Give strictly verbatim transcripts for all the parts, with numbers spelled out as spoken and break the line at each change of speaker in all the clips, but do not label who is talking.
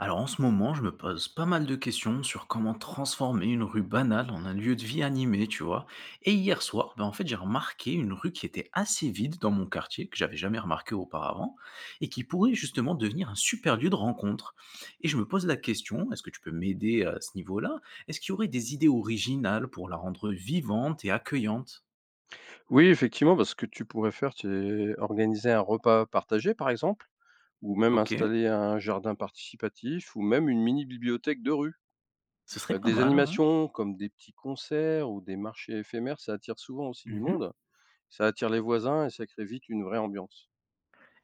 Alors en ce moment, je me pose pas mal de questions sur comment transformer une rue banale en un lieu de vie animé, tu vois. Et hier soir, ben en fait, j'ai remarqué une rue qui était assez vide dans mon quartier, que j'avais jamais remarqué auparavant, et qui pourrait justement devenir un super lieu de rencontre. Et je me pose la question, est-ce que tu peux m'aider à ce niveau-là? Est-ce qu'il y aurait des idées originales pour la rendre vivante et accueillante?
Oui, effectivement, parce que tu pourrais faire, c'est organiser un repas partagé, par exemple, ou même
Ok,
installer un jardin participatif, ou même une mini-bibliothèque de rue.
ce serait
Euh,
pas
Des
mal, ouais.
animations comme des petits concerts ou des marchés éphémères, ça attire souvent aussi du
Mhm.
monde. Ça attire les voisins et ça crée vite une vraie ambiance.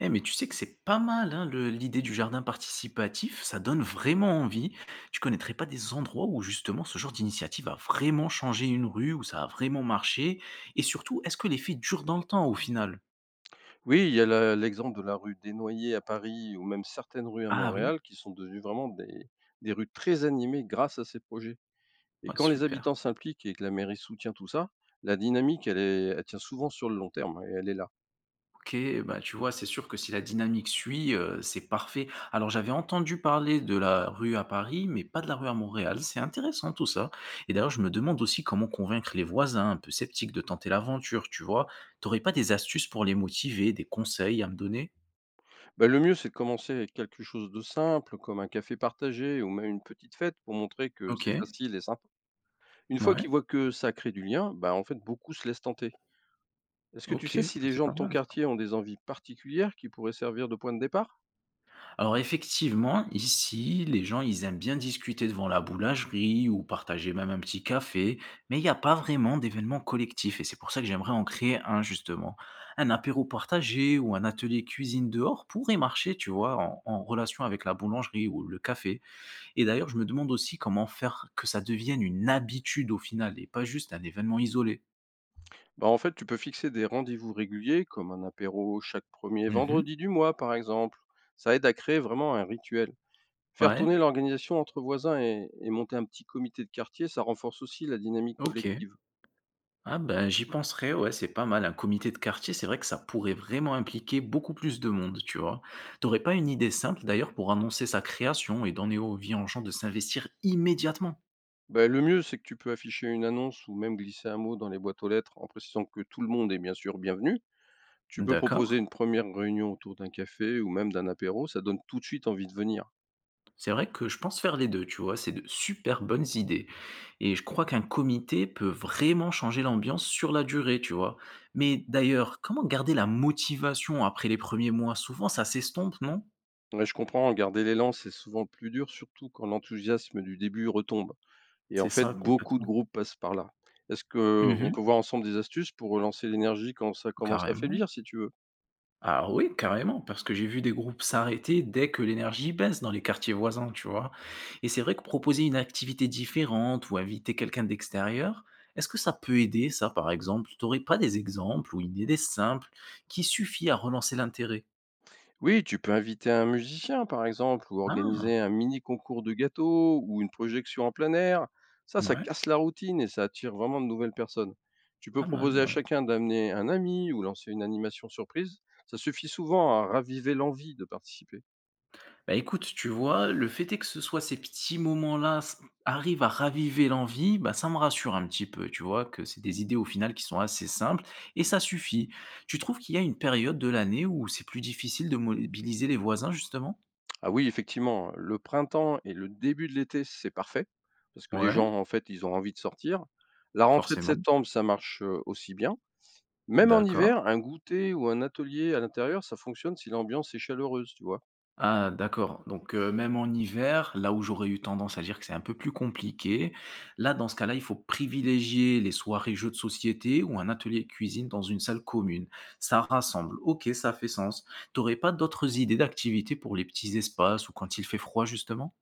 Eh, mais tu sais que c'est pas mal, hein, le l'idée du jardin participatif, ça donne vraiment envie. Tu connaîtrais pas des endroits où justement ce genre d'initiative a vraiment changé une rue, où ça a vraiment marché? Et surtout, est-ce que l'effet dure dans le temps au final?
Oui, il y a la- l'exemple de la rue des Noyers à Paris ou même certaines rues à
Ah oui?
Montréal qui sont devenues vraiment des, des rues très animées grâce à ces projets. Et
Ouais,
quand les habitants
super.
s'impliquent et que la mairie soutient tout ça, la dynamique, elle est elle tient souvent sur le long terme, hein, et elle est là.
OK, bah, tu vois, c'est sûr que si la dynamique suit, heu, c'est parfait. Alors j'avais entendu parler de la rue à Paris, mais pas de la rue à Montréal. C'est intéressant tout ça. Et d'ailleurs, je me demande aussi comment convaincre les voisins un peu sceptiques de tenter l'aventure, tu vois? T'aurais pas des astuces pour les motiver, des conseils à me donner?
Bah, le mieux, c'est de commencer avec quelque chose de simple, comme un café partagé ou même une petite fête pour montrer que c'est
OK,
facile et sympa. Une fois
ouais,
qu'ils voient que ça crée du lien, bah, en fait, beaucoup se laissent tenter. Est-ce que tu
OK,
sais si
bah,
les
c'est
gens de
pas
ton
mal.
quartier ont des envies particulières qui pourraient servir de point de départ?
Alors effectivement, ici, les gens, ils aiment bien discuter devant la boulangerie ou partager même un petit café, mais il n'y a pas vraiment d'événement collectif et c'est pour ça que j'aimerais en créer un justement. Un apéro partagé ou un atelier cuisine dehors pourrait marcher, tu vois, en, en relation avec la boulangerie ou le café. Et d'ailleurs, je me demande aussi comment faire que ça devienne une habitude au final et pas juste un événement isolé.
Bah, en fait, tu peux fixer des rendez-vous réguliers, comme un apéro chaque premier
Mhm.
vendredi du mois, par exemple. Ça aide à créer vraiment un rituel. Faire
Ouais,
tourner l'organisation entre voisins et et monter un petit comité de quartier, ça renforce aussi la dynamique
ok.
collective.
Ah ben, j'y penserais, ouais, c'est pas mal. Un comité de quartier, c'est vrai que ça pourrait vraiment impliquer beaucoup plus de monde, tu vois. T'aurais pas une idée simple d'ailleurs pour annoncer sa création et donner envie aux gens de s'investir immédiatement?
Bah, le mieux, c'est que tu peux afficher une annonce ou même glisser un mot dans les boîtes aux lettres en précisant que tout le monde est bien sûr bienvenu. Tu peux
D'accord?
proposer une première réunion autour d'un café ou même d'un apéro, ça donne tout de suite envie de venir.
C'est vrai que je pense faire les deux, tu vois, c'est de super bonnes idées. Et je crois qu'un comité peut vraiment changer l'ambiance sur la durée, tu vois. Mais d'ailleurs, comment garder la motivation après les premiers mois? Souvent, ça s'estompe, non?
Ouais, je comprends, garder l'élan, c'est souvent plus dur, surtout quand l'enthousiasme du début retombe. Et
C'est
en fait,
ça
beaucoup de
complètement.
groupes passent par là. Est-ce qu'on
Mhm,
peut voir ensemble des astuces pour relancer l'énergie quand ça commence à
carrément.
faiblir, si tu veux?
Alors oui, carrément, parce que j'ai vu des groupes s'arrêter dès que l'énergie baisse dans les quartiers voisins, tu vois. Et c'est vrai que proposer une activité différente ou inviter quelqu'un d'extérieur, est-ce que ça peut aider, ça, par exemple? T'aurais pas des exemples ou une idée simple qui suffit à relancer l'intérêt?
Oui, tu peux inviter un musicien, par exemple, ou
Ah,
organiser un mini concours de gâteaux ou une projection en plein air. Ça, ça
ouais,
casse la routine et ça attire vraiment de nouvelles personnes. Tu peux
pas mal,
proposer à
ouais.
chacun d'amener un ami ou lancer une animation surprise. Ça suffit souvent à raviver l'envie de participer.
Bah, écoute, tu vois, le fait est que ce soit ces petits moments-là s arrivent à raviver l'envie, bah, ça me rassure un petit peu, tu vois? Que c'est des idées au final qui sont assez simples et ça suffit. Tu trouves qu'il y a une période de l'année où c'est plus difficile de mobiliser les voisins justement?
Ah oui, effectivement, le printemps et le début de l'été, c'est parfait, parce que les
Ouais,
gens, en fait, ils ont envie de sortir. La rentrée de
forcément,
septembre, ça marche euh, aussi bien. Même en
d'accord.
hiver, un goûter ou un atelier à l'intérieur, ça fonctionne si l'ambiance est chaleureuse, tu vois.
Ah d'accord, donc heu, même en hiver, là où j'aurais eu tendance à dire que c'est un peu plus compliqué, là, dans ce cas-là, il faut privilégier les soirées jeux de société ou un atelier cuisine dans une salle commune. Ça rassemble. OK, ça fait sens. T'aurais pas d'autres idées d'activités pour les petits espaces ou quand il fait froid justement?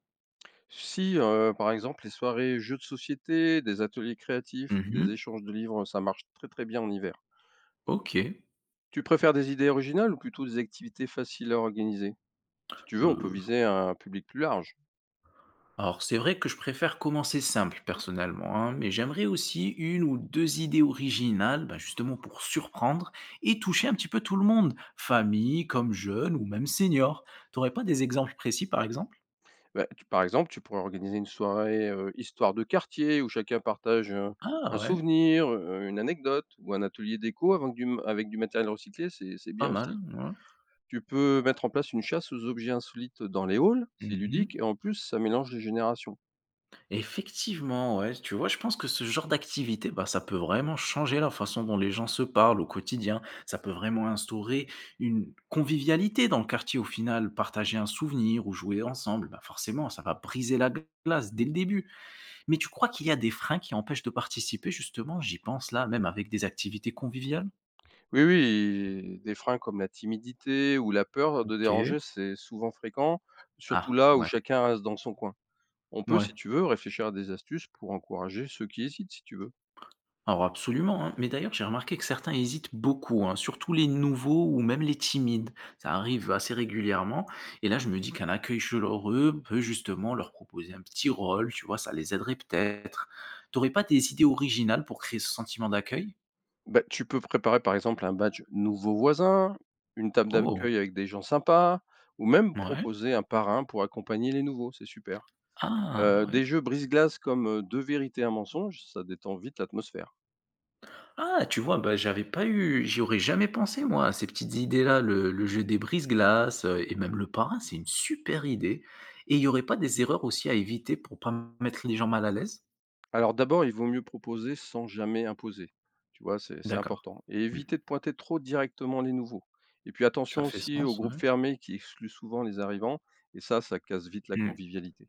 Si, heu, par exemple, les soirées jeux de société, des ateliers créatifs ou des
Mmh.
échanges de livres, ça marche très, très bien en hiver.
OK.
Tu préfères des idées originales ou plutôt des activités faciles à organiser? Si tu veux, on peut
Heu
viser un public plus large.
Alors, c'est vrai que je préfère commencer simple personnellement, hein, mais j'aimerais aussi une ou deux idées originales, bah, justement pour surprendre et toucher un petit peu tout le monde, famille, comme jeunes ou même seniors. T'aurais pas des exemples précis par exemple?
Bah, tu par exemple, tu pourrais organiser une soirée, heu, histoire de quartier où chacun partage, heu,
Ah
un
ouais,
souvenir, heu, une anecdote ou un atelier déco avec du m avec du matériel recyclé, c'est c'est
pas
bien
mal,
aussi.
ouais.
Tu peux mettre en place une chasse aux objets insolites dans les halls, c'est ludique
Mhm.
et en plus ça mélange les générations.
Effectivement, ouais, tu vois, je pense que ce genre d'activité, bah, ça peut vraiment changer la façon dont les gens se parlent au quotidien. Ça peut vraiment instaurer une convivialité dans le quartier au final, partager un souvenir ou jouer ensemble. Bah, forcément, ça va briser la glace dès le début. Mais tu crois qu'il y a des freins qui empêchent de participer, justement? J'y pense là, même avec des activités conviviales.
Oui, oui, des freins comme la timidité ou la peur de
Ok.
déranger, c'est souvent fréquent, surtout
Ah,
là où
ouais,
chacun reste dans son coin. On peut,
ouais.
si tu veux, réfléchir à des astuces pour encourager ceux qui hésitent, si tu veux.
Alors absolument, hein. Mais d'ailleurs, j'ai remarqué que certains hésitent beaucoup, hein, surtout les nouveaux ou même les timides. Ça arrive assez régulièrement. Et là, je me dis qu'un accueil chaleureux peut justement leur proposer un petit rôle, tu vois, ça les aiderait peut-être. T'aurais pas des idées originales pour créer ce sentiment d'accueil?
Bah, tu peux préparer par exemple un badge nouveau voisin, une table
Oh,
d'accueil avec des gens sympas, ou même
ouais.
proposer un parrain pour accompagner les nouveaux, c'est super.
Ah,
Euh,
ouais.
des jeux brise-glace comme euh, deux vérités, un mensonge, ça détend vite l'atmosphère.
Ah, tu vois, bah, j'avais pas eu, j'y aurais jamais pensé, moi, à ces petites idées-là. Le, le jeu des brise-glaces euh, et même le parrain, c'est une super idée. Et il y aurait pas des erreurs aussi à éviter pour pas mettre les gens mal à l'aise?
Alors d'abord, il vaut mieux proposer sans jamais imposer. Tu vois, c'est c'est
D'accord.
important. Et
Mmh.
éviter de pointer trop directement les nouveaux. Et puis
Ça
attention
fait
aussi aux
sens,
groupes
ouais.
fermés qui excluent souvent les arrivants. Et ça, ça casse vite la
Mmh.
convivialité.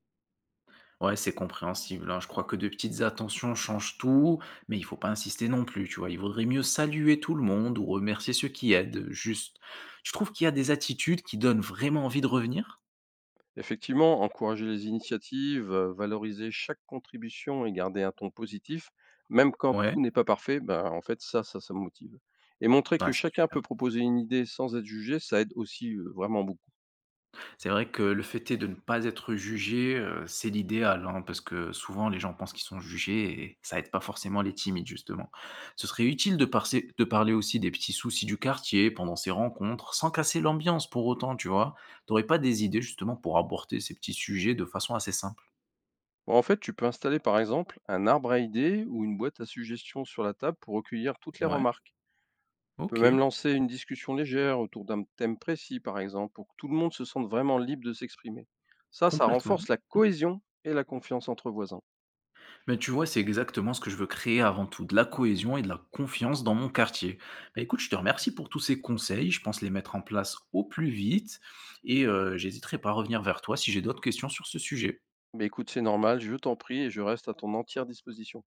Ouais, c'est compréhensible, hein. Je crois que de petites attentions changent tout, mais il faut pas insister non plus, tu vois? Il vaudrait mieux saluer tout le monde ou remercier ceux qui aident, juste. Je trouve qu'il y a des attitudes qui donnent vraiment envie de revenir?
Effectivement, encourager les initiatives, euh, valoriser chaque contribution et garder un ton positif, même quand
Ouais?
tout n'est pas parfait, ben, en fait, ça, ça, ça me motive. Et montrer
Ouais,
que
c'est
chacun
super.
peut proposer une idée sans être jugé, ça aide aussi euh, vraiment beaucoup.
C'est vrai que le fait est de ne pas être jugé, heu, c'est l'idéal, hein, parce que souvent les gens pensent qu'ils sont jugés et ça aide pas forcément les timides justement. Ce serait utile de parser de parler aussi des petits soucis du quartier pendant ces rencontres, sans casser l'ambiance pour autant, tu vois? T'aurais pas des idées justement pour aborder ces petits sujets de façon assez simple?
Bah, en fait, tu peux installer par exemple un arbre à idées ou une boîte à suggestions sur la table pour recueillir toutes les
Ouais,
remarques. Tu peux même
OK,
lancer une discussion légère autour d'un thème précis par exemple pour que tout le monde se sente vraiment libre de s'exprimer. Ça, ça
complètement.
renforce la cohésion et la confiance entre voisins.
Mais tu vois, c'est exactement ce que je veux créer avant tout, de la cohésion et de la confiance dans mon quartier. Bah, écoute, je te remercie pour tous ces conseils, je pense les mettre en place au plus vite et euh, j'hésiterai pas à revenir vers toi si j'ai d'autres questions sur ce sujet.
Mais écoute, c'est normal, je t'en prie et je reste à ton entière disposition.